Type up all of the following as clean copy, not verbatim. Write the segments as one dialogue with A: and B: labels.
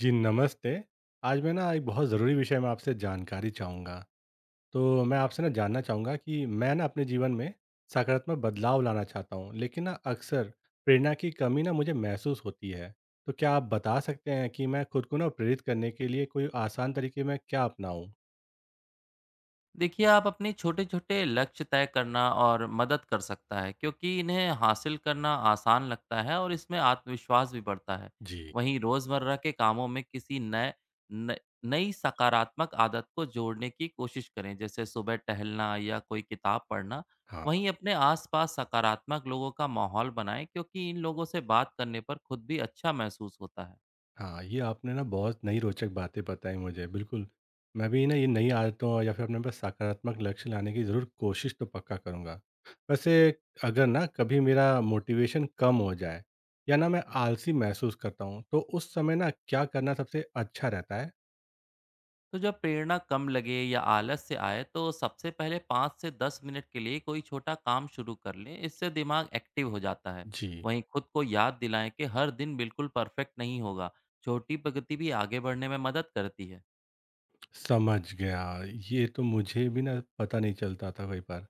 A: जी नमस्ते। आज मैं ना एक बहुत ज़रूरी विषय में आपसे जानकारी चाहूँगा। तो मैं आपसे ना जानना चाहूँगा कि मैं ना अपने जीवन में सकारात्मक बदलाव लाना चाहता हूँ, लेकिन ना अक्सर प्रेरणा की कमी ना मुझे महसूस होती है। तो क्या आप बता सकते हैं कि मैं खुद को ना प्रेरित करने के लिए कोई आसान तरीके मैं क्या अपनाऊँ?
B: देखिए, आप अपने छोटे-छोटे लक्ष्य तय करना और मदद कर सकता है, क्योंकि इन्हें हासिल करना आसान लगता है और इसमें आत्मविश्वास भी बढ़ता है।
A: जी।
B: वहीं रोज़मर्रा के कामों में किसी नए न नई सकारात्मक आदत को जोड़ने की कोशिश करें, जैसे सुबह टहलना या कोई किताब पढ़ना।
A: हाँ।
B: वहीं अपने आस-पास सकारात्मक लोगों का माहौल बनाएँ, क्योंकि इन लोगों से बात करने पर खुद भी अच्छा महसूस होता है।
A: हाँ, ये आपने ना बहुत नई रोचक बातें बताई मुझे, बिल्कुल। मैं भी ना ये नई आदतों या फिर अपने पास सकारात्मक लक्ष्य लाने की ज़रूर कोशिश तो पक्का करूँगा। वैसे अगर ना कभी मेरा मोटिवेशन कम हो जाए या ना मैं आलसी महसूस करता हूँ, तो उस समय ना क्या करना सबसे अच्छा रहता है?
B: तो जब प्रेरणा कम लगे या आलस से आए तो सबसे पहले 5 से 10 मिनट के लिए कोई छोटा काम शुरू कर लें। इससे दिमाग एक्टिव हो जाता है।
A: जी,
B: वहीं खुद को याद दिलाएं कि हर दिन बिल्कुल परफेक्ट नहीं होगा। छोटी प्रगति भी आगे बढ़ने में मदद करती है।
A: समझ गया। ये तो मुझे भी ना पता नहीं चलता था कई बार।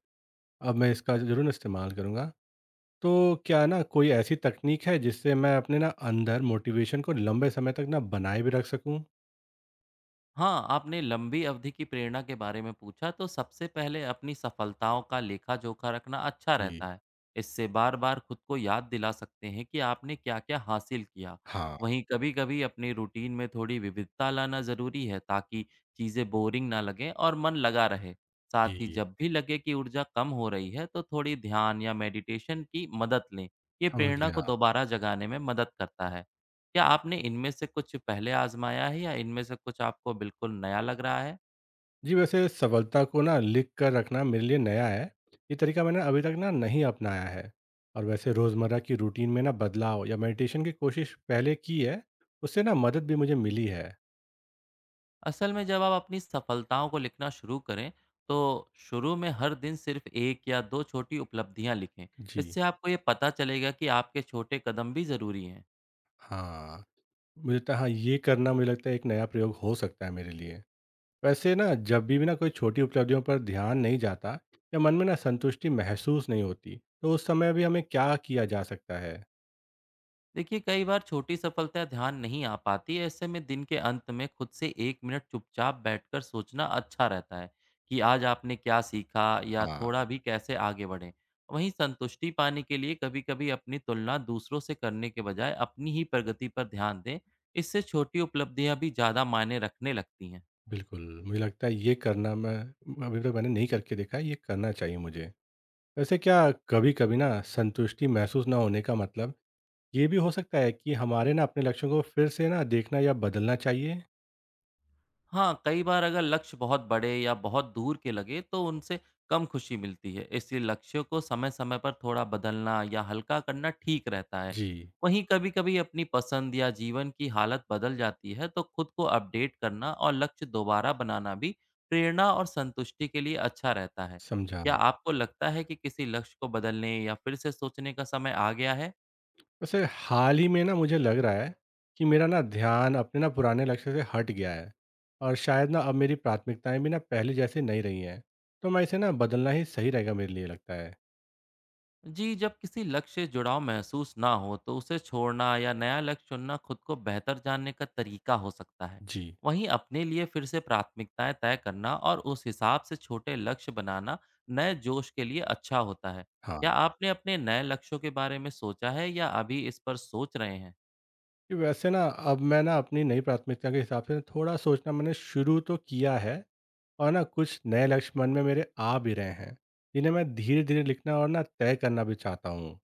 A: अब मैं इसका ज़रूर इस्तेमाल करूँगा। तो क्या ना कोई ऐसी तकनीक है जिससे मैं अपने ना अंदर मोटिवेशन को लंबे समय तक ना बनाए भी रख सकूं?
B: हाँ, आपने लंबी अवधि की प्रेरणा के बारे में पूछा तो सबसे पहले अपनी सफलताओं का लेखा-जोखा रखना अच्छा
A: जी।
B: रहता है। इससे बार-बार खुद को याद दिला सकते हैं कि आपने क्या-क्या हासिल किया।
A: हाँ।
B: वहीं कभी-कभी अपनी रूटीन में थोड़ी विविधता लाना ज़रूरी है ताकि चीज़ें बोरिंग ना लगें और मन लगा रहे। साथ ही
A: जी।
B: जब भी लगे कि ऊर्जा कम हो रही है तो थोड़ी ध्यान या मेडिटेशन की मदद लें। ये
A: समझ
B: प्रेरणा
A: गया।
B: को दोबारा जगाने में मदद करता है। क्या आपने इनमें से कुछ पहले आज़माया है या इनमें से कुछ आपको बिल्कुल नया लग रहा है?
A: जी, वैसे सफलता को ना लिख कर रखना मेरे लिए नया है। ये तरीका मैंने अभी तक ना नहीं अपनाया है। और वैसे रोज़मर्रा की रूटीन में ना बदलाव या मेडिटेशन की कोशिश पहले की है। उससे ना मदद भी मुझे मिली है।
B: असल में जब आप अपनी सफलताओं को लिखना शुरू करें, तो शुरू में हर दिन सिर्फ 1 या 2 छोटी उपलब्धियाँ लिखें।
A: जी।
B: इससे आपको ये पता चलेगा कि आपके छोटे कदम भी ज़रूरी हैं।
A: हाँ। मुझे लगता है, हाँ, ये करना मुझे लगता है एक नया प्रयोग हो सकता है मेरे लिए। वैसे ना जब भी ना कोई छोटी उपलब्धियों पर ध्यान नहीं जाता या मन में ना संतुष्टि महसूस नहीं होती, तो उस समय भी हमें क्या किया जा सकता है?
B: देखिए कई बार छोटी सफलता ध्यान नहीं आ पाती। ऐसे में दिन के अंत में खुद से 1 मिनट चुपचाप बैठकर सोचना अच्छा रहता है कि आज आपने क्या सीखा या
A: हाँ,
B: थोड़ा भी कैसे आगे बढ़े। वहीं संतुष्टि पाने के लिए कभी कभी अपनी तुलना दूसरों से करने के बजाय अपनी ही प्रगति पर ध्यान दें। इससे छोटी उपलब्धियां भी ज़्यादा मायने रखने लगती हैं।
A: बिल्कुल। मुझे लगता है ये करना मैं अभी तक मैंने नहीं करके देखा है, ये करना चाहिए मुझे। वैसे क्या कभी कभी ना संतुष्टि महसूस ना होने का मतलब ये भी हो सकता है कि हमारे ना अपने लक्ष्यों को फिर से ना देखना या बदलना चाहिए?
B: हाँ, कई बार अगर लक्ष्य बहुत बड़े या बहुत दूर के लगे तो उनसे कम खुशी मिलती है। इसलिए लक्ष्यों को समय-समय पर थोड़ा बदलना या हल्का करना ठीक रहता है।
A: जी,
B: वहीं कभी-कभी अपनी पसंद या जीवन की हालत बदल जाती है तो खुद को अपडेट करना और लक्ष्य दोबारा बनाना भी प्रेरणा और संतुष्टि के लिए अच्छा रहता है।
A: समझा।
B: क्या आपको लगता है कि किसी लक्ष्य को बदलने या फिर से सोचने का समय आ गया है?
A: वैसे हाल ही में ना मुझे लग रहा है कि मेरा ना ध्यान अपने ना पुराने लक्ष्य से हट गया है, और शायद ना अब मेरी प्राथमिकताएं भी ना पहले जैसी नहीं रही हैं। तो मैं इसे ना बदलना ही सही रहेगा मेरे लिए लगता है।
B: जी जब किसी लक्ष्य से जुड़ाव महसूस ना हो तो उसे छोड़ना या नया लक्ष्य चुनना खुद को बेहतर जानने का तरीका हो सकता है।
A: जी।
B: वहीं अपने लिए फिर से प्राथमिकताएं तय करना और उस हिसाब से छोटे लक्ष्य बनाना नए जोश के लिए अच्छा होता है।
A: हाँ,
B: क्या आपने अपने नए लक्ष्यों के बारे में सोचा है या अभी इस पर सोच रहे हैं?
A: कि वैसे ना अब मैं ना अपनी नई प्राथमिकता के हिसाब से थोड़ा सोचना मैंने शुरू तो किया है, और ना कुछ नए लक्ष्य मन में मेरे आ भी रहे हैं, जिन्हें मैं धीरे धीरे लिखना और ना तय करना भी चाहता हूँ।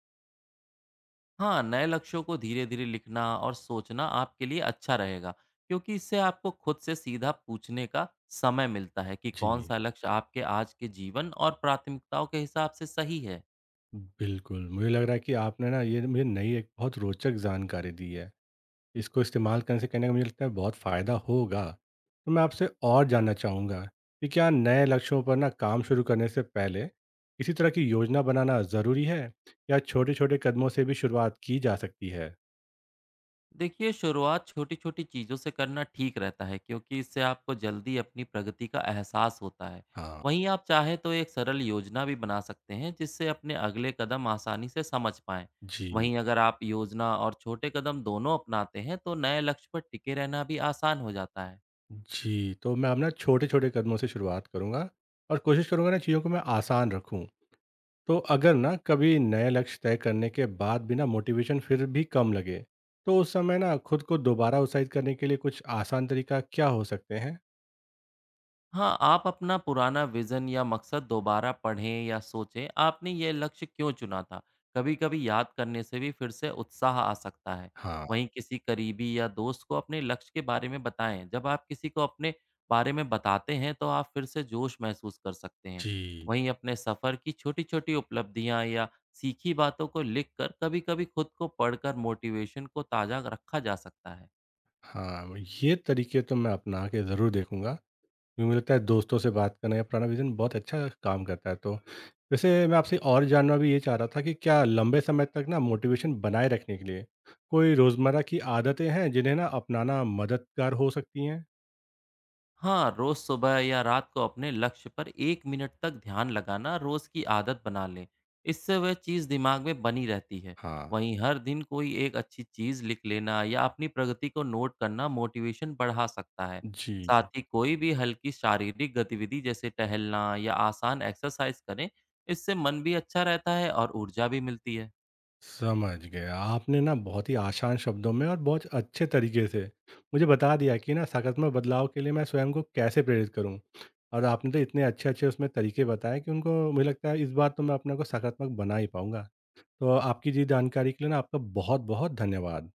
B: हाँ, नए लक्ष्यों को धीरे-धीरे लिखना और सोचना आपके लिए अच्छा रहेगा, क्योंकि इससे आपको खुद से सीधा पूछने का समय मिलता है कि
A: जी।
B: कौन-सा लक्ष्य आपके आज के जीवन और प्राथमिकताओं के हिसाब से सही है।
A: बिल्कुल मुझे लग रहा है कि आपने ना ये मुझे नई एक बहुत रोचक जानकारी दी है। इसको इस्तेमाल करने से कहने का मुझे लगता है बहुत फ़ायदा होगा। तो मैं आपसे और जानना चाहूँगा कि क्या नए लक्ष्यों पर ना काम शुरू करने से पहले किसी तरह की योजना बनाना ज़रूरी है? या छोटे-छोटे कदमों से भी शुरुआत की जा सकती है?
B: देखिए शुरुआत छोटी-छोटी चीज़ों से करना ठीक रहता है क्योंकि इससे आपको जल्दी अपनी प्रगति का एहसास होता है।
A: हाँ।
B: वहीं आप चाहें तो एक सरल योजना भी बना सकते हैं जिससे अपने अगले कदम आसानी से समझ पाएँ।
A: जी।
B: वहीं अगर आप योजना और छोटे कदम दोनों अपनाते हैं तो नए लक्ष्य पर टिके रहना भी आसान हो जाता है।
A: जी, तो मैं अब ना छोटे-छोटे कदमों से शुरुआत करूँगा और कोशिश करूँगा ना चीज़ों को मैं आसान रखूँ। तो अगर ना कभी नए लक्ष्य तय करने के बाद भी ना मोटिवेशन फिर भी कम लगे, तो उस समय ना खुद को दोबारा उत्साहित करने के लिए कुछ आसान तरीका क्या हो सकते हैं?
B: हाँ, आप अपना पुराना विज़न या मकसद दोबारा पढ़ें या सोचें, आपने ये लक्ष्य क्यों चुना था? कभी-कभी याद करने से भी फिर से उत्साह आ सकता है।
A: हाँ।
B: वहीं किसी करीबी या दोस्त को अपने लक्ष्य के बारे में बताएँ, जब आप किसी को अपने बारे में बताते हैं, तो आप फिर से जोश महसूस कर सकते हैं।
A: जी।
B: वहीं अपने सफ़र की छोटी-छोटी उपलब्धियाँ या सीखी बातों को लिखकर कभी-कभी खुद को पढ़कर मोटिवेशन को ताज़ा रखा जा सकता है।
A: हाँ, ये तरीके तो मैं अपना के ज़रूर देखूंगा, क्योंकि मुझे लगता है दोस्तों से बात करना या पुराना विजन बहुत अच्छा काम करता है। तो वैसे मैं आपसे और जानना भी ये चाह रहा था कि क्या लंबे समय तक ना मोटिवेशन बनाए रखने के लिए कोई रोज़मर्रा की आदतें हैं जिन्हें ना अपनाना मददगार हो सकती हैं?
B: हाँ, रोज सुबह या रात को अपने लक्ष्य पर 1 मिनट तक ध्यान लगाना रोज की आदत बना लें। इससे वह चीज़ दिमाग में बनी रहती है।
A: हाँ।
B: वहीं हर दिन कोई एक अच्छी चीज़ लिख लेना या अपनी प्रगति को नोट करना मोटिवेशन बढ़ा सकता है।
A: जी।
B: साथ ही कोई भी हल्की शारीरिक गतिविधि जैसे टहलना या आसान एक्सरसाइज करें। इससे मन भी अच्छा रहता है और ऊर्जा भी मिलती है।
A: समझ गए, आपने ना बहुत ही आसान शब्दों में और बहुत अच्छे तरीके से मुझे बता दिया कि ना सकारात्मक बदलाव के लिए मैं स्वयं को कैसे प्रेरित करूं। और आपने तो इतने अच्छे अच्छे उसमें तरीके बताए कि उनको मुझे लगता है इस बार तो मैं अपने को सकारात्मक बना ही पाऊंगा। तो आपकी जी जानकारी के लिए ना आपका बहुत बहुत धन्यवाद।